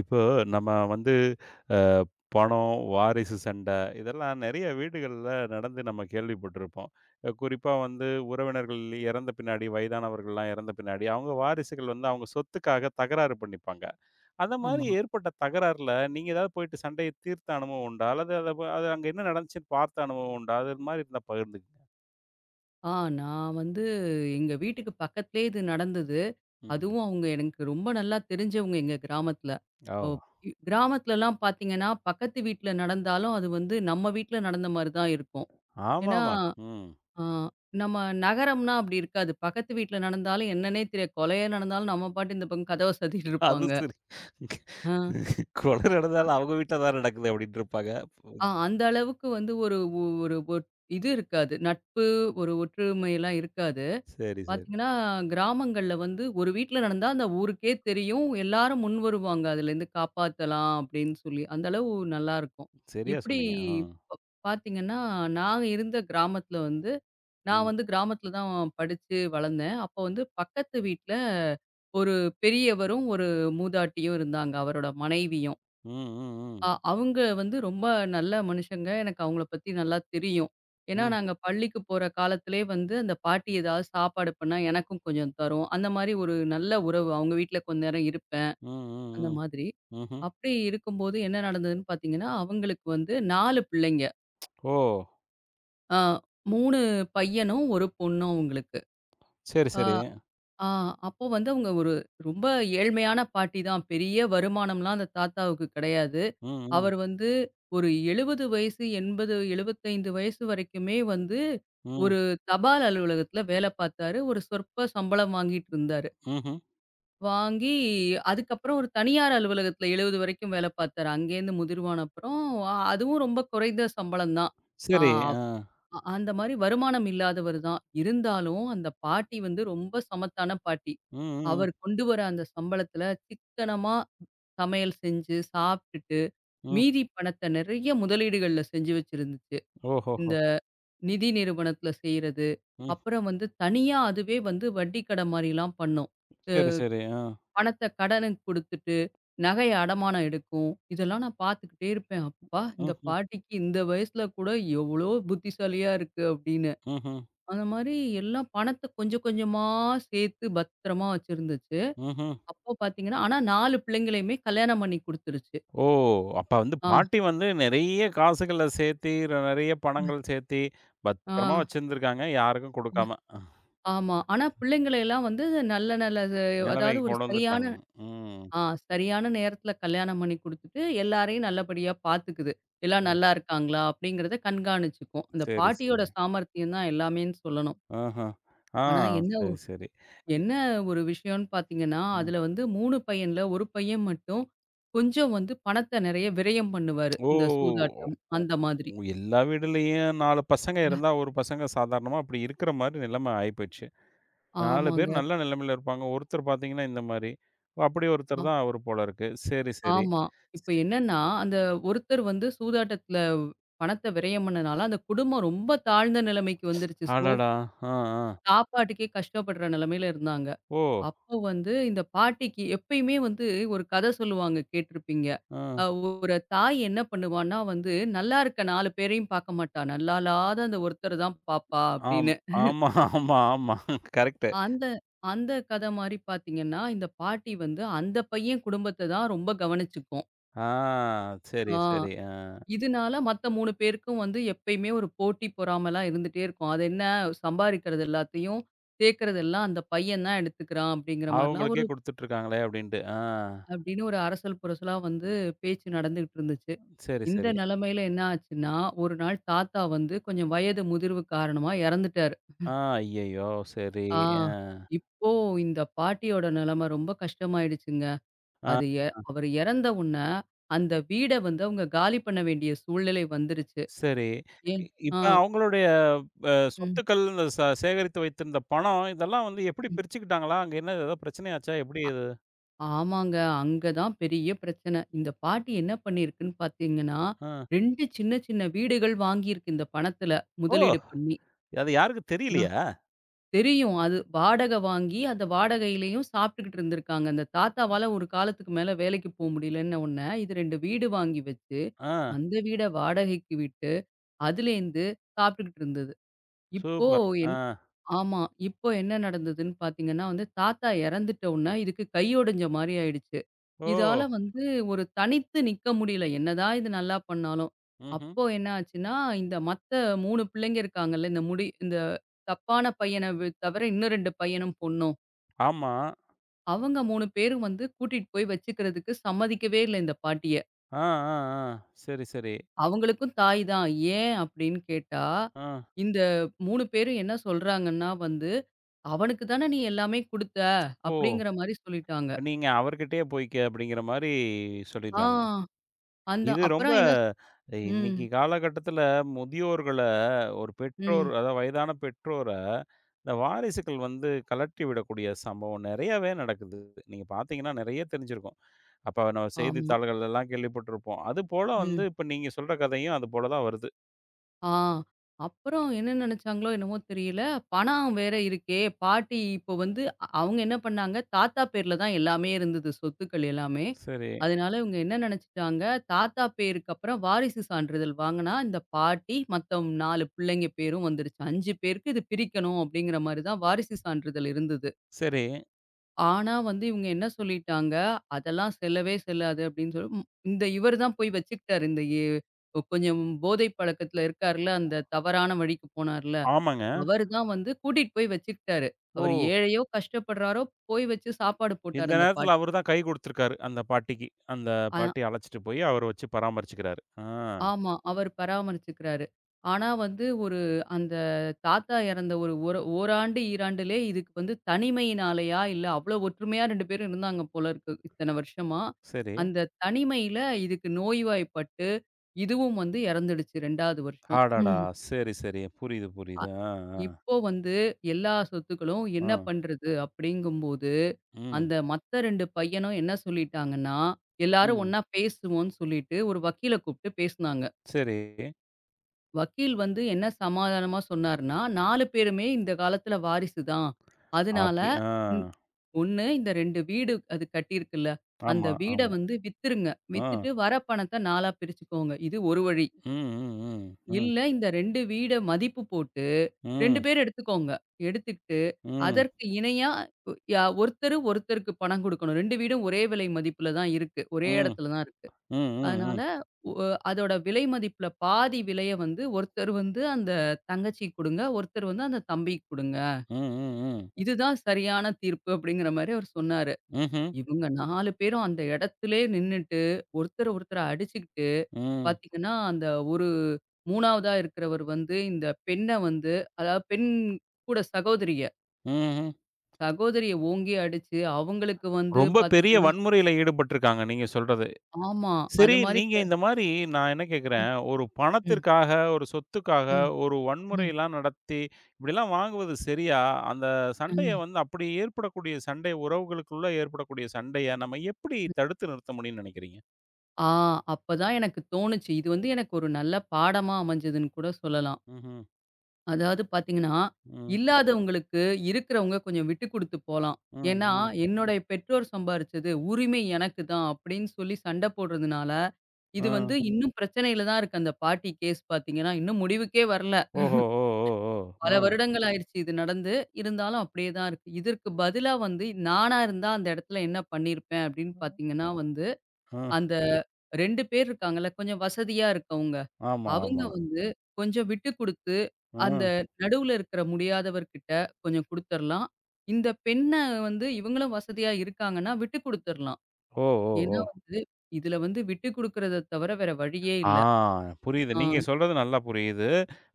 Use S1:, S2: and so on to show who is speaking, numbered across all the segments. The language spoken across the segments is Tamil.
S1: இப்போ நம்ம வந்து அ பணம், வாரிசு சண்டை இதெல்லாம் நிறைய வீடுகள்ல நடந்து நம்ம கேள்விப்பட்டிருப்போம். குறிப்பா வந்து உறவினர்கள் இறந்த பின்னாடி, வயதானவர்கள்லாம் இறந்த பின்னாடி, அவங்க வாரிசுகள் வந்து அவங்க சொத்துக்காக தகராறு பண்ணிப்பாங்க. அந்த மாதிரி
S2: ஆமா.
S1: ஏற்பட்ட தகராறுல நீங்க ஏதாவது போயிட்டு சண்டைய தீர்த்த அனுபவம் உண்டா? அல்லது அத ப அது அங்க என்ன நடந்துச்சுன்னு பார்த்த அனுபவம் உண்டா? அது மாரி இருந்தா பகிர்ந்துக்கங்க.
S2: ஆ நான் வந்து எங்க வீட்டுக்கு பக்கத்திலேயே இது நடந்தது.
S1: ம்ஹ்ம்.
S2: அதுவும் அவங்க எனக்கு ரொம்ப நல்லா தெரிஞ்சவங்க எங்க கிராமத்தில.
S1: ஓ!
S2: ஓ, கிராமத்துலலாம் பார்த்தீங்கன்னா, பக்கத்து வீட்ல நடந்தாலும் அது வந்து நம்ம வீட்ல நடந்த மாரி தான் இருக்கும். ஏன்னா,
S1: ஆமாமா. ம்.
S2: ஆ நம்ம நகரம்னா அப்படி இருக்காது. பக்கத்து வீட்ல நடந்தாலும் என்னன்னே தெரியாது. கொலையே நடந்தாலும் நம்ம பாட்டு இந்த பக்கம் கதவ சாத்திட்டு
S1: அது
S2: இருப்பாங்க.
S1: சரி.
S2: ஆ
S1: கொலை நடந்தாலும் அவங்க வீட்ல தான் நடக்குது அப்டின்ருப்பாங்க.
S2: அ அந்த அளவுக்கு வந்து ஒரு ஒரு ஒரு ஒ- இது இருக்காது. நட்பு, ஒரு ஒற்றுமைலாம் இருக்காது.
S1: சரி, சரி.
S2: பாத்தீங்கன்னா, கிராமங்கள்ல வந்து ஒரு வீட்ல நடந்தா அந்த ஊருக்கே தெரியும். எல்லாரும் முன் வருவாங்க. அதுலேருந்து காப்பாத்தலாம் அப்படின்னு சொல்லி. அந்த அளவு நல்லாருக்கும்.
S1: சரியா
S2: இப்படி
S1: சொன்னீங்க. ஆ.
S2: பாத்தீங்கன்னா, நாங்க இருந்த கிராமத்துல வந்து நான்
S1: ம்.
S2: வந்து கிராமத்துல தான் படிச்சு வளர்ந்தேன். அப்ப வந்து பக்கத்து வீட்ல ஒரு பெரியவரும், ஒரு மூதாட்டியும் இருந்தாங்க. அவரோட மனைவியும்.
S1: ம், ம், ம்.
S2: அவங்க வந்து ரொம்ப நல்ல மனுஷங்க. எனக்கு அவங்கள பத்தி நல்லா தெரியும். ஏன்னா,
S1: ம்.
S2: நாங்க பள்ளிக்கு போற காலத்திலேயே வந்து அந்த பாட்டி ஏதாவது சாப்பாடு பண்ணா எனக்கும் கொஞ்சம் தரும். அந்த மாரி ஒரு நல்ல உறவு. அவங்க வீட்ல கொஞ்ச நேரம் இருப்பேன்.
S1: ம், ம்,
S2: அந்த
S1: ம்.
S2: மாதிரி.
S1: ம்ஹ்ம்.
S2: அப்படி இருக்கும்போது என்ன நடந்ததுன்னு பார்த்தீங்கன்னா, அவங்களுக்கு வந்து 4 பிள்ளைங்க.
S1: ஓ!
S2: அ 3 பையனும், 1 பொண்ணும் அவங்களுக்கு.
S1: சரி,
S2: அ
S1: சரி.
S2: ஆ, அப்போ வந்து அவங்க ஒரு ரொம்ப ஏழ்மையான பாட்டி தான். பெரிய வருமானம்லாம் அந்த தாத்தாவுக்கு கிடையாது.
S1: ம், ம்,
S2: அவர் வந்து ஒரு 70 வயசு, 80, 75 வயசு வரைக்குமே வந்து
S1: ம்.
S2: ஒரு தபால் அலுவலகத்தில வேல பார்த்தாரு. ஒரு சொற்ப சம்பளம் வாங்கிட்டு இருந்தாரு.
S1: ம்ஹ்ம்.
S2: வாங்கி அதுக்கப்புறம் ஒரு தனியார் அலுவலகத்தில 70 வரைக்கும் வேல பார்த்தாரு. அங்கேருந்து முதிர்வான அப்புறம், அதுவும் ரொம்ப குறைந்த சம்பளம் தான். ஆ.
S1: சரி. ஆ.
S2: அ அந்த மாரி வருமானம் இல்லாதவர் தான். இருந்தாலும் அந்த பாட்டி வந்து ரொம்ப சமத்தான பாட்டி.
S1: ம், ம், ம்.
S2: அவர் கொண்டு வர அந்த சம்பளத்துல சிக்கனமா சமையல் செஞ்சு, சாப்ட்டுட்டு,
S1: ம்.
S2: மீதி பணத்த நெறைய முதலீடுகள்ல செஞ்சு வச்சிருந்துச்சு.
S1: ஓஹோஹோ!
S2: இந்த நிதி நிறுவனத்துல செய்றது,
S1: ம்.
S2: அப்புறம் வந்து தனியா அதுவே வந்து வட்டி கட மாரிலாம் பண்ணும்.
S1: சரி, சரி. ஆ.
S2: பணத்த கடனுக்கு குடுத்துட்டு, நகைய அடமானம் எடுக்கும். இதெல்லாம் நான் பார்த்துக்கிட்டே இருப்பேன். அப்பா! இந்த
S1: ம்ஹ்ம்.
S2: பாட்டிக்கு இந்த வயசுல கூட எவ்ளோ புத்திசாலியா இருக்கு அப்படின்னு.
S1: ம்ஹ்ம்.
S2: அந்த மாரி எல்லாம் பணத்த கொஞ்சம் கொஞ்சமா சேர்த்து பத்திரமா வச்சிருந்துச்சு.
S1: ம்ஹ்ம்.
S2: அப்போ பார்த்தீங்கன்னா, ஆனா 4 பிள்ளைங்களையுமே கல்யாணம் பண்ணி குடுத்துருச்சு.
S1: ஓ! அப்ப வந்து
S2: ஆ,
S1: பாட்டி வந்து நெறைய காசுகள சேர்த்தி, நெறைய பணங்கள் சேர்த்தி,
S2: ஆ,
S1: பத்திரமா வச்சிருந்திருக்காங்க. யாருக்கும் குடுக்காம.
S2: ஆமா. ஆனா பிள்ளைங்கள எல்லாம் வந்து நல்ல நல்ல இது அதாவது
S1: நெலைமைக்கு
S2: ஒரு
S1: கொண்டு வந்துட்டாங்க.
S2: சரியான
S1: ம்.
S2: ஆ சரியான நேரத்தில கல்யாணம் பண்ணி குடுத்துட்டு, எல்லாரையும் நல்லபடியா பார்த்துக்குது. எல்லாம்
S1: ஓ!
S2: நல்லா இருக்காங்களா? அப்படிங்கிறத கண்காணிச்சுக்கும். அந்த
S1: சரி, சரி.
S2: பாட்டியோட சாமர்த்தியம் தான் எல்லாமேன்னு சொல்லணும்.
S1: ஆஹா! ஆ.
S2: ஆனா என்ன
S1: சரி, சரி. இ
S2: என்ன ஒரு விஷயம்னு பார்த்தீங்கன்னா,
S1: ம்.
S2: அதுல வந்து 3 பையன்ல, ஒரு பையன் மட்டும் கொஞ்சம் வந்து பணத்த நெறைய விரயம் பண்ணுவாரு.
S1: ஓ
S2: இந்த சூதாட்டம்
S1: ஓ
S2: அந்த மாதிரி.
S1: ஓ எல்லா வீடுலயும் 4 பசங்க
S2: ம்.
S1: இருந்தா, ஒரு பசங்க சாதாரணமா அப்படி இருக்கிற மாரி நிலைமை ஆயிப்போச்சு. 4 பேர்
S2: ஆமாங்க.
S1: நல்ல நிலைமையில இருப்பாங்க. ஒருத்தர் பார்த்தீங்கன்னா, இந்த மாரி. ஓ! அப்படி
S2: ஆ
S1: ஒருத்தர் தான் அவரு போல இருக்கு. சரி, சரி.
S2: ஆமா. இப்ப என்னன்னா, அந்த
S1: ம்.
S2: ஒருத்தர் வந்து சூதாட்டத்துல பணத்த விரயம் பண்ணனால, அந்த குடும்பம் ரொம்ப தாழ்ந்த நிலைமைக்கு வந்துருச்சு. சோ
S1: அடடா! ஆ, ஆ.
S2: சாப்பாட்டுக்கே கஷ்டப்படுற நிலைமையில இருந்தாங்க.
S1: ஓ!
S2: அப்போ வந்து இந்த பாட்டிக்கு எப்பயுமே வந்து ஒரு கதை சொல்லுவாங்க கேட்டிருப்பீங்க.
S1: ஆ.
S2: அ ஒரு தாய் என்ன பண்ணுவான்னா வந்து, நல்லா இருக்க 4 பேரையும் பார்க்க மாட்டா. நல்லால்லாத அந்த ஒருத்தர தான் பார்ப்பா
S1: ஆம்.
S2: அப்படின்னு.
S1: ஆமா, ஆமா, ஆமா. கரெக்ட்டு.
S2: அந்த அந்த கதை மாரி பார்த்தீங்கன்னா, இந்த பாட்டி வந்து அந்த பையன் குடும்பத்த தான் ரொம்ப கவனிச்சுக்கும்.
S1: ஆ. சரி,
S2: ஆ
S1: சரி. ஆ.
S2: இதனால மத்த 3 பேருக்கும் வந்து எப்பயுமே ஒரு போட்டி பொறாமைலாம் இருந்துட்டே இருக்கும். அது என்ன சம்பாரிக்கிறது எல்லாத்தையும், சேர்க்கறதெல்லாம் அந்த பையன் தான் எடுத்துக்கிறான் அப்படிங்கிற மாரிலாம்
S1: அவங்களுக்கே
S2: ஒரு
S1: குடுத்துட்டுருக்காங்களே அப்படின்ட்டு. ஆ.
S2: அப்படின்னு ஒரு அரசல் புரசலா வந்து பேச்சு நடந்துகிட்டு இருந்துச்சு.
S1: சரி,
S2: இந்த
S1: சரி.
S2: நிலைமையில என்ன ஆச்சுன்னா, ஒரு நாள் தாத்தா வந்து கொஞ்சம் வயது முதிர்வு காரணமா இறந்துட்டாரு.
S1: ஆ, ஐயய்யோ! சரி.
S2: ஆ
S1: ஆ.
S2: இப்போ இந்த பாட்டியோட நிலைமை ரொம்ப கஷ்டமாயிடுச்சுங்க.
S1: ஆ,
S2: அது எ அவரு இறந்த உடனே அந்த வீட வந்து அவங்க காலி பண்ண வேண்டிய சூழ்நிலை வந்துருச்சு.
S1: சரி.
S2: ஏன் ஆ.
S1: இப்ப அவங்களுடைய
S2: ம்,
S1: சொத்துக்கள், இந்த சேகரித்து வைத்திருந்த பணம், இதெல்லாம் வந்து எப்படி
S2: ம்.
S1: பிரிச்சுக்கிட்டாங்களா? அங்க என்ன ஏதாவது பிரச்சனையாச்சா? எப்படி அது?
S2: ஆமாங்க. அங்க தான் பெரிய பிரச்சனை. இந்த பாட்டி என்ன பண்ணியிருக்குன்னு பார்த்தீங்கன்னா,
S1: ஆ.
S2: 2 சின்ன சின்ன வீடுகள் வாங்கியிருக்கு இந்த பணத்துல
S1: ஓ!
S2: முதலீடு பண்ணி.
S1: அது யாருக்கும் தெரியலையா?
S2: தெரியும். அது வாடகை வாங்கி, அந்த வாடகையிலயும் சாப்பிட்டுக்கிட்டு இருந்திருக்காங்க. அந்த தாத்தாவால ஒரு காலத்துக்கு மேல வேலைக்கு போ முடியலன்ன உடனே, இது 2 வீடு வாங்கி வச்சு,
S1: ஆ.
S2: அந்த வீட வாடகைக்கு விட்டு, அதுலேருந்து சாப்பிட்டுக்கிட்டு இருந்தது. இப்போ
S1: சூப்பர். ஆ.
S2: ஆமா. இப்போ என்ன நடந்ததுன்னு பார்த்தீங்கன்னா வந்து, தாத்தா இறந்துட்ட உடனே இதுக்கு கையொடஞ்ச மாரி ஆயிடுச்சு.
S1: ஓ!
S2: இதால வந்து ஒரு தனித்து நிக்க முடியல. என்னதான் இது நல்லா பண்ணாலும்.
S1: ம்ஹ்ம்.
S2: அப்போ என்ன ஆச்சுன்னா, இந்த மத்த 3 பிள்ளைங்க இருக்காங்கல்ல, இந்த தப்பான பையன தவிர இன்னும் 2 பையனும், பொண்ணும்.
S1: ஆமா.
S2: அவங்க 3 பேரும் வந்து கூட்டிட்டு போய் வச்சுக்கிறதுக்கு சம்மதிக்கவே இல்ல இந்த பாட்டி.
S1: ஆ, ஆ, ஆ. சரி, சரி.
S2: அவங்களுக்கும் தாய் தான். ஏன் அப்படின்னு கேட்டா,
S1: ஆ.
S2: இந்த 3 பேரும் என்ன சொல்றாங்கன்னா வந்து, "அவனுக்கு தான நீ எல்லாமே குடுத்த"
S1: ஓ!
S2: அப்படிங்கிற மாரி சொல்லிட்டாங்க.
S1: நீங்க அவர்கிட்டயே போய்க்க அப்படிங்கிற மாரி சொல்லிட்டாங்க.
S2: ஆ. அந்த
S1: இது ரொம்ப
S2: அப்புறம் என்ன ஸ் ம்.
S1: இன்னைக்கு காலகட்டத்தில முதியோர்கள, ஒரு பெற்றோர்,
S2: ம்.
S1: அதாவது வயதான பெற்றோர, இந்த வாரிசுகள் வந்து கழற்றி விடக்கூடிய சம்பவம் நெறையாவே நடக்குது. நீங்க பார்த்தீங்கன்னா நெறைய தெரிஞ்சிருக்கும். அப்ப நம்ம
S2: ஆமா.
S1: செய்தித்தாள்கள் எல்லாம் கேள்விப்பட்டிருப்போம். அதுபோல வந்து
S2: ம்.
S1: இப்ப நீங்க சொல்ற கதையும் அது போல தான் வருது.
S2: ஆ. அப்புறம் என்ன நெனச்சாங்களோ என்னமோ தெரியல. பணம் வேற இருக்கே! பாட்டி இப்போ வந்து அவங்க என்ன பண்ணாங்க, தாத்தா பேர்ல தான் எல்லாமே இருந்தது. சொத்துக்கள் எல்லாமே.
S1: சரி,
S2: அதனால இவங்க என்ன நெனச்சுட்டாங்க, தாத்தா பேருக்கு அப்புறம் வாரிசு சான்றிதழ் வாங்குனா, இந்த பாட்டி மத்த 4 பிள்ளைங்க பேரும் வந்துருச்சு. 5 பேருக்கு இது பிரிக்கணும் அப்படிங்கிற மாரி தான் வாரிசு சான்றிதழ் இருந்தது.
S1: சரி.
S2: ஆனா வந்து இவங்க என்ன சொல்லிட்டாங்க, "அதெல்லாம் செல்லவே செல்லாது" அப்படின்னு சொல்லி இந்த இவர் தான் போய் வச்சுக்கிட்டாரு. இந்த எ கொஞ்சம் போதை பழக்கத்துல இருக்கார்ல, அந்த தவறான வழிக்கு போனார்ல,
S1: ஆமாங்க.
S2: அவரு தான் வந்து கூட்டிட்டு போய் வச்சுக்கிட்டாரு.
S1: ஓ!
S2: அவர் ஏழையோ, கஷ்டப்படுறாரோ, போய் வச்சு சாப்பாடு போட்டாரு
S1: இந்த
S2: அந்த
S1: நேரத்தில
S2: பாட்டிக்கு.
S1: அவரு தான் கை குடுத்திருக்காரு அந்த பாட்டிக்கு. அந்த
S2: அ
S1: பாட்டிய அழைச்சிட்டு போய் அவரு வச்சு பராமரிச்சுக்கிறாரு. ஆ.
S2: ஆமா. அவர் பராமரிச்சுக்கிறாரு. ஆனா வந்து ஒரு அந்த தாத்தா இறந்த ஒரு ஒரு ஓராண்டு, ஈராண்டுலே இதுக்கு வந்து தனிமையினாலயா, இல்ல அவ்வளோ ஒற்றுமையா 2 பேரும் இருந்தாங்க போல இருக்கு. இத்தன வருஷமா.
S1: சரி.
S2: அந்த தனிமையில இதுக்கு நோய்வாய்ப்பட்டு, இதுவும் வந்து இறந்துடுச்சு 2வது வருஷம்.
S1: அடடா!
S2: ம்.
S1: சரி, சரி. புரியுது,
S2: அ
S1: புரியுது. ஆ, ஆ.
S2: இப்போ வந்து எல்லா சொத்துக்களும்
S1: ஆ.
S2: என்ன பண்றது? அப்படிங்கும்போது,
S1: ம்.
S2: அந்த மத்த 2 பையனும் என்ன சொல்லிட்டாங்கன்னா, எல்லாரும்
S1: ம்.
S2: ஒண்ணா பேசுவோம்ன்னு சொல்லிட்டு, ஒரு வக்கீல கூப்பிட்டு பேசுனாங்க.
S1: சரி.
S2: வக்கீல் வந்து என்ன சமாதானமா சொன்னாருன்னா, 4 பேருமே இந்த காலத்துல வாரிசு தான். அதனால
S1: அப்படி ஆ.
S2: ம் 1 இந்த 2 வீடு அது கட்டியிருக்குல்ல, அந்த
S1: ஆமா,
S2: வீட
S1: ஆமா.
S2: வந்து வித்துருங்க.
S1: ஆ.
S2: வித்துட்டு வர பணத்த 4 பிரிச்சுக்கோங்க. இது ஒரு வழி.
S1: ம், ம், ம், ம்,
S2: இல்ல இந்த 2 வீட மதிப்பு போட்டு 2
S1: ம்,
S2: பேர் எடுத்துக்கோங்க. எடுத்துக்கிட்டு
S1: ம்,
S2: அதற்கு இணையா ஒ யா ஒருத்தருக்கு பணம் குடுக்கணும். 2 வீடும் ஒரே விலை மதிப்புல தான் இருக்கு.
S1: ம்,
S2: ஒரே
S1: ம்,
S2: இடத்துல தான் இருக்கு.
S1: ம், ம்,
S2: அதனால
S1: ம்,
S2: ஒ அதோட விலை மதிப்புல பாதி விலைய வந்து ஒருத்தர் வந்து அந்த தங்கச்சிக்கு குடுங்க, ஒருத்தர் வந்து அந்த தம்பிக்கு குடுங்க.
S1: ம்.
S2: இதுதான் சரியான தீர்ப்பு அப்படிங்கிற மாரி அவர் சொன்னாரு.
S1: ம்ஹ்ம்.
S2: இவங்க 4 பேரும் அந்த இடத்திலேயே நின்னுட்டு, ஒருத்தர ஒருத்தர அடிச்சுக்கிட்டு
S1: ம்,
S2: பார்த்தீங்கன்னா, அந்த ஒரு 3வதா இருக்கிறவர் வந்து இந்த பெண்ண வந்து அதாவது பெண் கூட சகோதரிய,
S1: ம்ஹ்ம்.
S2: சகோதரிய ஓங்கி அடிச்சு அவங்களுக்கு வந்து
S1: ரொம்ப பெரிய
S2: பார்த்தீங்கன்னா
S1: வன்முறையில ஈடுபட்டுருக்காங்க நீங்க சொல்றது.
S2: ஆமா.
S1: சரி,
S2: அது மாரி
S1: நீங்க இந்த மாரி, நான் என்ன கேட்கிறேன்,
S2: ம்,
S1: ஒரு
S2: ம்,
S1: பணத்திற்காக, ஒரு சொத்துக்காக,
S2: ம்,
S1: ஒரு
S2: ம்.
S1: வன்முறைலாம் நடத்தி, இப்படிலாம் வாங்குவது சரியா? அந்த சண்டைய
S2: அ.
S1: வந்து அப்படி ஏற்படக்கூடிய சண்டை, உறவுகளுக்குள்ள ஏற்படக்கூடிய சண்டைய நம்ம எப்படி தடுத்து நிறுத்த முடியும்னு நெனைக்கிறீங்க?
S2: ஆ அப்பதான் எனக்கு தோணுச்சு. இது வந்து எனக்கு ஒரு நல்ல பாடமா அமைஞ்சதுன்னு கூட சொல்லலாம்.
S1: ம்ஹ்ம்.
S2: அதாவது பார்த்தீங்கன்னா,
S1: ம்.
S2: இல்லாதவங்களுக்கு இருக்கிறவங்க கொஞ்சம் விட்டு குடுத்து போலாம்.
S1: ம்.
S2: ஏன்னா,
S1: ம்.
S2: என்னுடைய பெற்றோர் சம்பாரிச்சது உரிமை எனக்கு தான் அப்படின்னு சொல்லி சண்டை போடுறதுனால,
S1: ஆ.
S2: இது வந்து இன்னும் பிரச்சனையில தான் இருக்கு. அந்த பாட்டி கேஸ் பார்த்தீங்கன்னா, இன்னும் முடிவுக்கே வரல.
S1: ஓஹோ! ஓ! ஓ! ஓ!
S2: பல
S1: ஆ.
S2: வருடங்கள் ஆயிருச்சு இது நடந்து. இருந்தாலும் அப்படியே தான் இருக்கு. இதற்கு பதிலா வந்து நானா இருந்தா அந்த இடத்துல என்ன பண்ணியிருப்பேன் அப்படின்னு பார்த்தீங்கன்னா வந்து,
S1: ஆ.
S2: அந்த 2 பேர் இருக்காங்கல்ல, கொஞ்சம் வசதியா இருக்கவங்க.
S1: ஆமா,
S2: அவங்க
S1: ஆமா.
S2: வந்து கொஞ்சம் விட்டு குடுத்து, அந்த
S1: ஆ.
S2: நடுவுல இருக்கிற முடியாதவர்கிட்ட கொஞ்சம் குடுத்துறலாம். இந்த பெண்ண வந்து இவங்களும் வசதியா இருக்காங்கன்னா, விட்டு குடுத்துறலாம்.
S1: ஓ! ஓ! ஓ!
S2: ஏன்னா வந்து, இதுல வந்து விட்டு குடுக்குறத தவிர வேற வழியே
S1: ஆ,
S2: இல்ல.
S1: புரியுது.
S2: ஆ.
S1: நீங்க சொல்றது நல்லா புரியுது.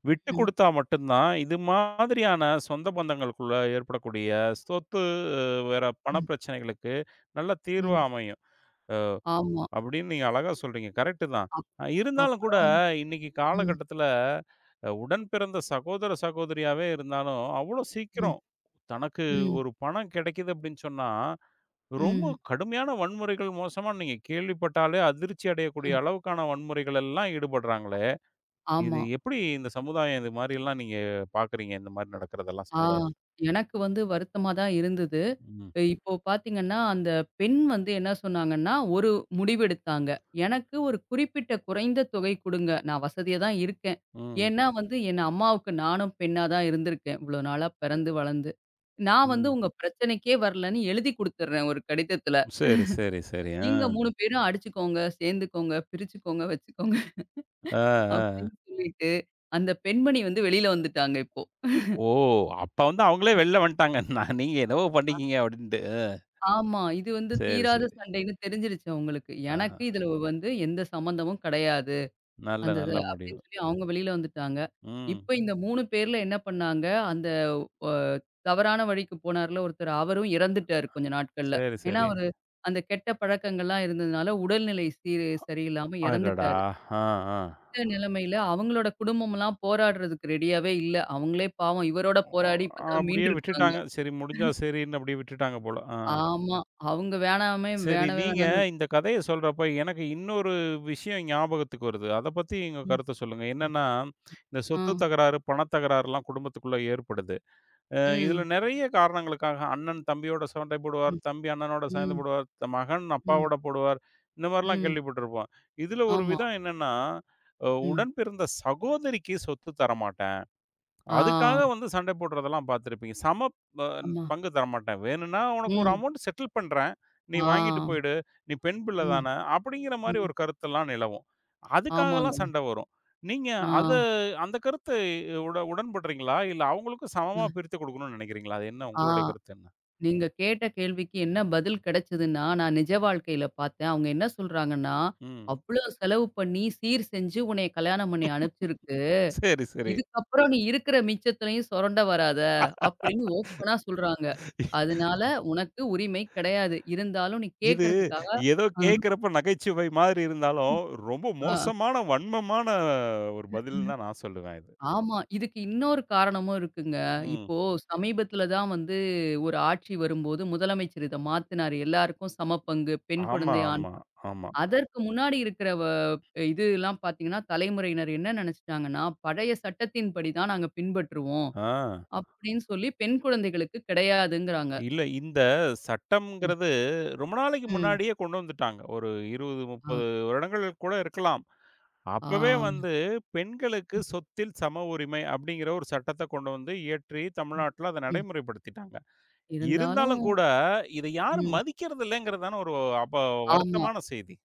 S1: விட்டு
S2: ம்.
S1: குடுத்தா மட்டும் தான், இது மாதிரியான சொந்த பந்தங்களுக்குள்ள ஏற்படக்கூடிய சொத்து, வேற பண
S2: ம்.
S1: பிரச்சனைகளுக்கு நல்ல தீர்வா
S2: ம்.
S1: அமையும்.
S2: ஆமா.
S1: அப்படின்னு நீங்க அழகா சொல்றீங்க. கரெக்ட்டு தான்.
S2: அப்
S1: இருந்தாலும் கூட
S2: அப்புறம்.
S1: இன்னைக்கு
S2: ம்.
S1: காலகட்டத்தில உடன் பிறந்த சகோதர, சகோதரியாவே இருந்தாலும், அவ்வளோ
S2: ம்.
S1: சீக்கிரம் தனக்கு
S2: ம்.
S1: ஒரு பணம் கிடைக்குது அப்படின்னு சொன்னா, ரொம்ப
S2: ம்.
S1: கடுமையான வன்முறைகள் மோசமா, நீங்க கேள்விப்பட்டாலே அதிர்ச்சி
S2: அ.
S1: அடையக்கூடிய அளவுக்கான வன்முறைகள் எல்லாம் ஈடுபடுறாங்களே! இது
S2: ஆமா.
S1: எப்படி? இந்த சமுதாயம் இது மாரியெல்லாம் நீங்க பார்க்குறீங்க? இந்த மாரி நடக்கிறதெல்லாம்
S2: ஆ.
S1: சமுதாயத்துல?
S2: எனக்கு வந்து வருத்தமா தான் இருந்தது.
S1: ம்.
S2: இப்போ பார்த்தீங்கன்னா, அந்த பெண் வந்து என்ன சொன்னாங்கன்னா, ஒரு முடிவெடுத்தாங்க. எனக்கு ஒரு குறிப்பிட்ட குறைந்த தொகை குடுங்க. நான் வசதியா தான் இருக்கேன்.
S1: ம்.
S2: ஏன்னா வந்து என் அம்மாவுக்கு நானும் பெண்ணா தான் இருந்திருக்கேன். இவ்வளோ நாளா பிறந்து, வளர்ந்து. நான் வந்து
S1: ம்.
S2: உங்க பிரச்சனைக்கே வரலன்னு எழுதி குடுத்துடுறேன் ஒரு கடிதத்தில.
S1: சரி, சரி, சரி. ஆ.
S2: நீங்க 3 பேரும் அடிச்சுக்கோங்க, சேர்ந்துக்கோங்க, பிரிச்சுக்கோங்க, வச்சுக்கோங்க
S1: ஆ, ஆ.
S2: அப்படின்னு சொல்லிட்டு, அந்த பெண்மணி வந்து வெளியில வந்துட்டாங்க இப்போ.
S1: ஓ! அப்ப வந்து அவங்களே வெளில வந்துட்டாங்க. நான், நீங்க என்னவோ பண்ணிக்கீங்க அப்படின்ட்டு.
S2: ஆமா. இது வந்து
S1: சரி,
S2: தீராத
S1: சரி.
S2: சண்டைன்னு தெரிஞ்சிருச்சு அவங்களுக்கு.
S1: ஆ.
S2: எனக்கு இதுல வந்து எந்த சம்மந்தமும் கிடையாது.
S1: நல்ல
S2: அந்த இது
S1: நல்ல முடிவு.
S2: அப்படின்னு சொல்லி அவங்க வெளியில வந்துட்டாங்க.
S1: ம்.
S2: இப்ப இந்த 3 பேர்ல என்ன பண்ணாங்க, அந்த அ தவறான வழிக்கு போனார்ல ஒருத்தர், அவரும் இறந்துட்டாரு கொஞ்ச நாட்கள்ல.
S1: சரி,
S2: ஏன்னா
S1: சரி.
S2: அவரு அந்த கெட்ட பழக்கங்கள்லாம் இருந்ததுனால உடல்நிலை சீர் சரியில்லாம
S1: அடடா!
S2: இறந்துட்டாரு.
S1: ஆ, ஆ.
S2: இந்த நிலைமையில அவங்களோட குடும்பம்லாம் போராடுறதுக்கு ரெடியாவே இல்ல. அவங்களே பாவம் இவரோட
S1: ஓ!
S2: போராடி இப்ப தான்
S1: அப்படியே
S2: மீண்டுருக்காங்க.
S1: விட்டுட்டாங்க. சரி முடிஞ்சா சரின்னு அப்படியே விட்டுட்டாங்க போல. ஆ.
S2: ஆமா. அவங்க வேணாமே
S1: சரி,
S2: வேணவே
S1: நீங்க
S2: வேணான்னு விட்
S1: இந்த கதைய சொல்றப்ப, எனக்கு இன்னொரு விஷயம் ஞாபகத்துக்கு வருது. அத பத்தி உங்க
S2: ம்.
S1: கருத்த சொல்லுங்க.
S2: ம்.
S1: என்னன்னா, இந்த
S2: ஆ.
S1: சொத்து தகராறு, பணத்தகராறுலாம் குடும்பத்துக்குள்ள ஏற்படுது. இதுல
S2: ம்.
S1: நெறைய காரணங்களுக்காக அண்ணன் தம்பியோட சண்டை போடுவார்,
S2: ம்.
S1: தம்பி அண்ணனோட சண்டை
S2: ம்.
S1: போடுவார், மகன்
S2: ம்.
S1: அப்பாவோட போடுவார். இந்த மாரிலாம்
S2: ம்.
S1: கேள்விப்பட்டிருப்போம். இதுல ஒரு
S2: ஆமா.
S1: விதம் என்னன்னா,
S2: ம்.
S1: உடன் பிறந்த சகோதரிக்கு சொத்து தரமாட்டேன். அதுக்காக
S2: ஆ.
S1: வந்து சண்டை போடுறதெல்லாம் பார்த்துருப்பீங்க. சம ப
S2: ஆமா.
S1: பங்கு தரமாட்டேன். வேணும்னா உனக்கு ஒரு
S2: ம்.
S1: அமௌண்ட் செட்டில் பண்றேன். நீ வாங்கிட்டு
S2: ஆ.
S1: போயிடு. நீ பெண் பிள்ளை
S2: ம்.
S1: தானே! அப்படிங்கிற மாரி
S2: ம்.
S1: ஒரு கருத்தெல்லாம் நிலவும். அதுக்காகலாம்
S2: ஆமாங்க.
S1: சண்டை வரும். நீங்க
S2: ஆ.
S1: அத அந்த கருத்து உடன்படுறீங்களா? இல்ல அவங்களுக்கும்
S2: அ.
S1: சமமா பிரித்து கொடுக்கணும்னு நினைக்கிறீங்களா? அது என்ன உங்களுடைய
S2: ஆ.
S1: கருத்து என்ன?
S2: நீங்க கேட்ட கேள்விக்கு என்ன பதில் கிடைச்சதுன்னா, நான் நிஜ வாழ்க்கையில பார்த்தேன். அவங்க என்ன சொல்றாங்கன்னா,
S1: ம்.
S2: "அவ்ளோ செலவு பண்ணி, சீர் செஞ்சு உன்னைய கல்யாணம் பண்ணி அனுப்பிச்சிருக்கு.
S1: சரி, சரி.
S2: இதுக்கப்புறம் நீ இருக்கிற மிச்சத்துலயும் சொரண்ட வராத" அப்படின்னு ஓப்பனா சொல்றாங்க. அதனால உனக்கு உரிமை கிடையாது. இருந்தாலும் நீ
S1: இது
S2: கேட்கறதுக்காக.
S1: ஏதோ
S2: அ.
S1: கேட்கிறப்ப நகைச்சுவை மாதிரி இருந்தாலும், ரொம்ப
S2: அ.
S1: மோசமான, வன்மமான ஒரு பதில்ன்னு தான் நான் சொல்லுவேன் இது.
S2: ஆமா. இதுக்கு இன்னொரு காரணமும் இருக்குங்க.
S1: ம்.
S2: இப்போ சமீபத்தில தான் வந்து ஒரு ஆட்சி வரும்போது முதலமைச்சர் இத மாத்துனாரு. எல்லாருக்கும் சம பங்கு, பெண்
S1: ஆமா,
S2: குழந்தை, ஆண்.
S1: ஆமா, ஆமா.
S2: அதற்கு முன்னாடி இருக்கிற இதுலாம் பார்த்தீங்கன்னா, தலைமுறையினர் என்ன நினைச்சுட்டாங்கன்னா, பழைய சட்டத்தின்படி தான் நாங்க பின்பற்றுவோம்
S1: ஆ.
S2: அப்படின்னு சொல்லி பெண் குழந்தைகளுக்கு கிடையாதுங்கிறாங்க.
S1: இல்ல, இந்த
S2: ம்.
S1: சட்டம்ங்கிறது ரொம்ப நாளைக்கு
S2: ம்.
S1: முன்னாடியே கொண்டு வந்துட்டாங்க. ஒரு 20,
S2: ஆ.
S1: 30 வருடங்கள் கூட இருக்கலாம்.
S2: ஆ.
S1: அப்பவே வந்து பெண்களுக்கு சொத்தில் சம உரிமை அப்படிங்கிற ஒரு சட்டத்த கொண்டு வந்து இயற்றி
S2: ம்.
S1: தமிழ்நாட்டுல அத
S2: ம்.
S1: நடைமுறைப்படுத்திட்டாங்க. இருந்தாலும்
S2: இருந்தாலும்
S1: கூட இத யாரும்
S2: ம்.
S1: மதிக்கிறது இல்லங்கிறது தான ஒரு அப்ப
S2: ஆமா.
S1: வருத்தமான செய்தி.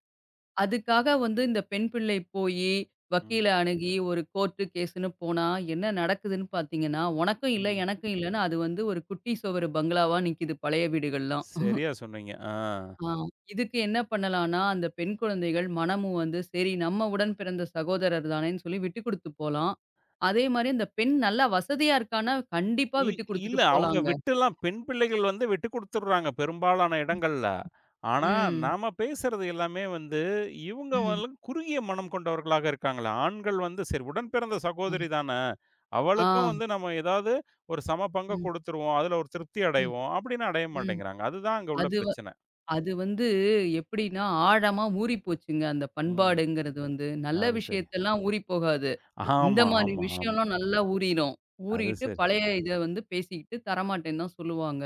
S2: அதுக்காக வந்து இந்த பெண் பிள்ளை போயி,
S1: ம்,
S2: வக்கீல அணுகி ஒரு கோர்ட்டு கேஸ்ன்னு போனா, என்ன நடக்குதுன்னு பார்த்தீங்கன்னா, உனக்கும் இல்ல,
S1: ம்.
S2: எனக்கும் இல்லன்னு அது வந்து ஒரு குட்டி சுவரு பங்களாவா நிக்குது பழைய வீடுகள்லாம்.
S1: சரியா சொன்னீங்க. ஆ.
S2: ஆ இதுக்கு என்ன பண்ணலான்னா, அந்த பெண் குழந்தைகள் மனமும் வந்து சரி நம்ம உடன் பிறந்த சகோதரர் தானேன்னு சொல்லி விட்டு குடுத்து போலாம். அதே மாரி அந்த பெண் நல்லா வசதியா இருக்கான்னா, கண்டிப்பா
S1: இல்
S2: விட்டு
S1: இல்ல.
S2: குடுத்துட்டு
S1: அவங்க
S2: போலாங்க.
S1: விட்டுலாம் பெண் பிள்ளைகள் வந்து விட்டு குடுத்துடுறாங்க பெரும்பாலான இடங்கள்ல. ஆனா,
S2: ம்,
S1: நாம பேசுறது எல்லாமே வந்து இவங்க
S2: ம்.
S1: வந்து குறுகிய மனம் கொண்டவர்களாக இருக்காங்களே. ஆண்கள் வந்து சரி உடன் பிறந்த
S2: ஆ,
S1: சகோதரி தான.
S2: ஆ.
S1: அவளுக்கும் வந்து நம்ம ஏதாவது ஒரு சம பங்க
S2: ம்,
S1: குடுத்துருவோம். அதுல ஒரு திருப்தி
S2: ம்,
S1: அடைவோம். அப்படின்னு அடைய
S2: ம்.
S1: மாட்டேங்கிறாங்க. அதுதான் அங்க உள்ள
S2: அது
S1: பிரச்சனை.
S2: அது வந்து எப்படின்னா, ஆழமா ஊறிப்போச்சுங்க அந்த
S1: ம்.
S2: பண்பாடுங்கிறது வந்து. நல்ல
S1: அது சரி.
S2: விஷயத்தெல்லாம் ஊறி போகாது. இந்த
S1: ஆமா,
S2: மாரி
S1: ஆமா, ஆமா.
S2: விஷயம்லாம் நல்லா ஊறிரும்.
S1: அது
S2: ஊறிக்கிட்டு
S1: சரி.
S2: பழைய இத வந்து பேசிக்கிட்டு தரமாட்டேன்னு தான் சொல்லுவாங்க.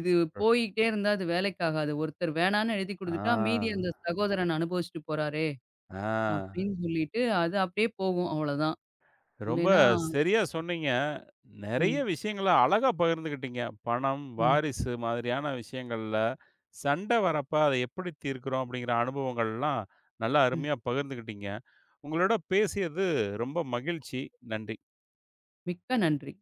S2: இது
S1: அ.
S2: போய்க்கிட்டே இருந்தா அது வேலைக்காகாது. ஒருத்தர் வேணான்னு எழுதி குடுத்துட்டா, மீதி
S1: ஆ,
S2: அந்த சகோதரன் அனுபவிச்சுட்டு போறாரே!
S1: ஆ.
S2: அப்படின்னு சொல்லிட்டு, அது அப்படியே போகும் அவ்வளோதான்.
S1: ரொம்ப
S2: இல்லைன்னா
S1: சரியா சொன்னீங்க. நெறைய
S2: ம்,
S1: விஷயங்கள அழகா பகிர்ந்துக்கிட்டீங்க. பணம்,
S2: ம்,
S1: வாரிசு மாதிரியான விஷயங்கள்ல சண்டை வரப்ப அத எப்படி தீர்க்கிறோம் அப்படிங்கிற அனுபவங்கள்லாம் நல்லா
S2: ம்.
S1: அருமையா பகிர்ந்துக்கிட்டீங்க. உங்களோட பேசியது ரொம்ப மகிழ்ச்சி. நன்றி.
S2: மிக்க நன்றி.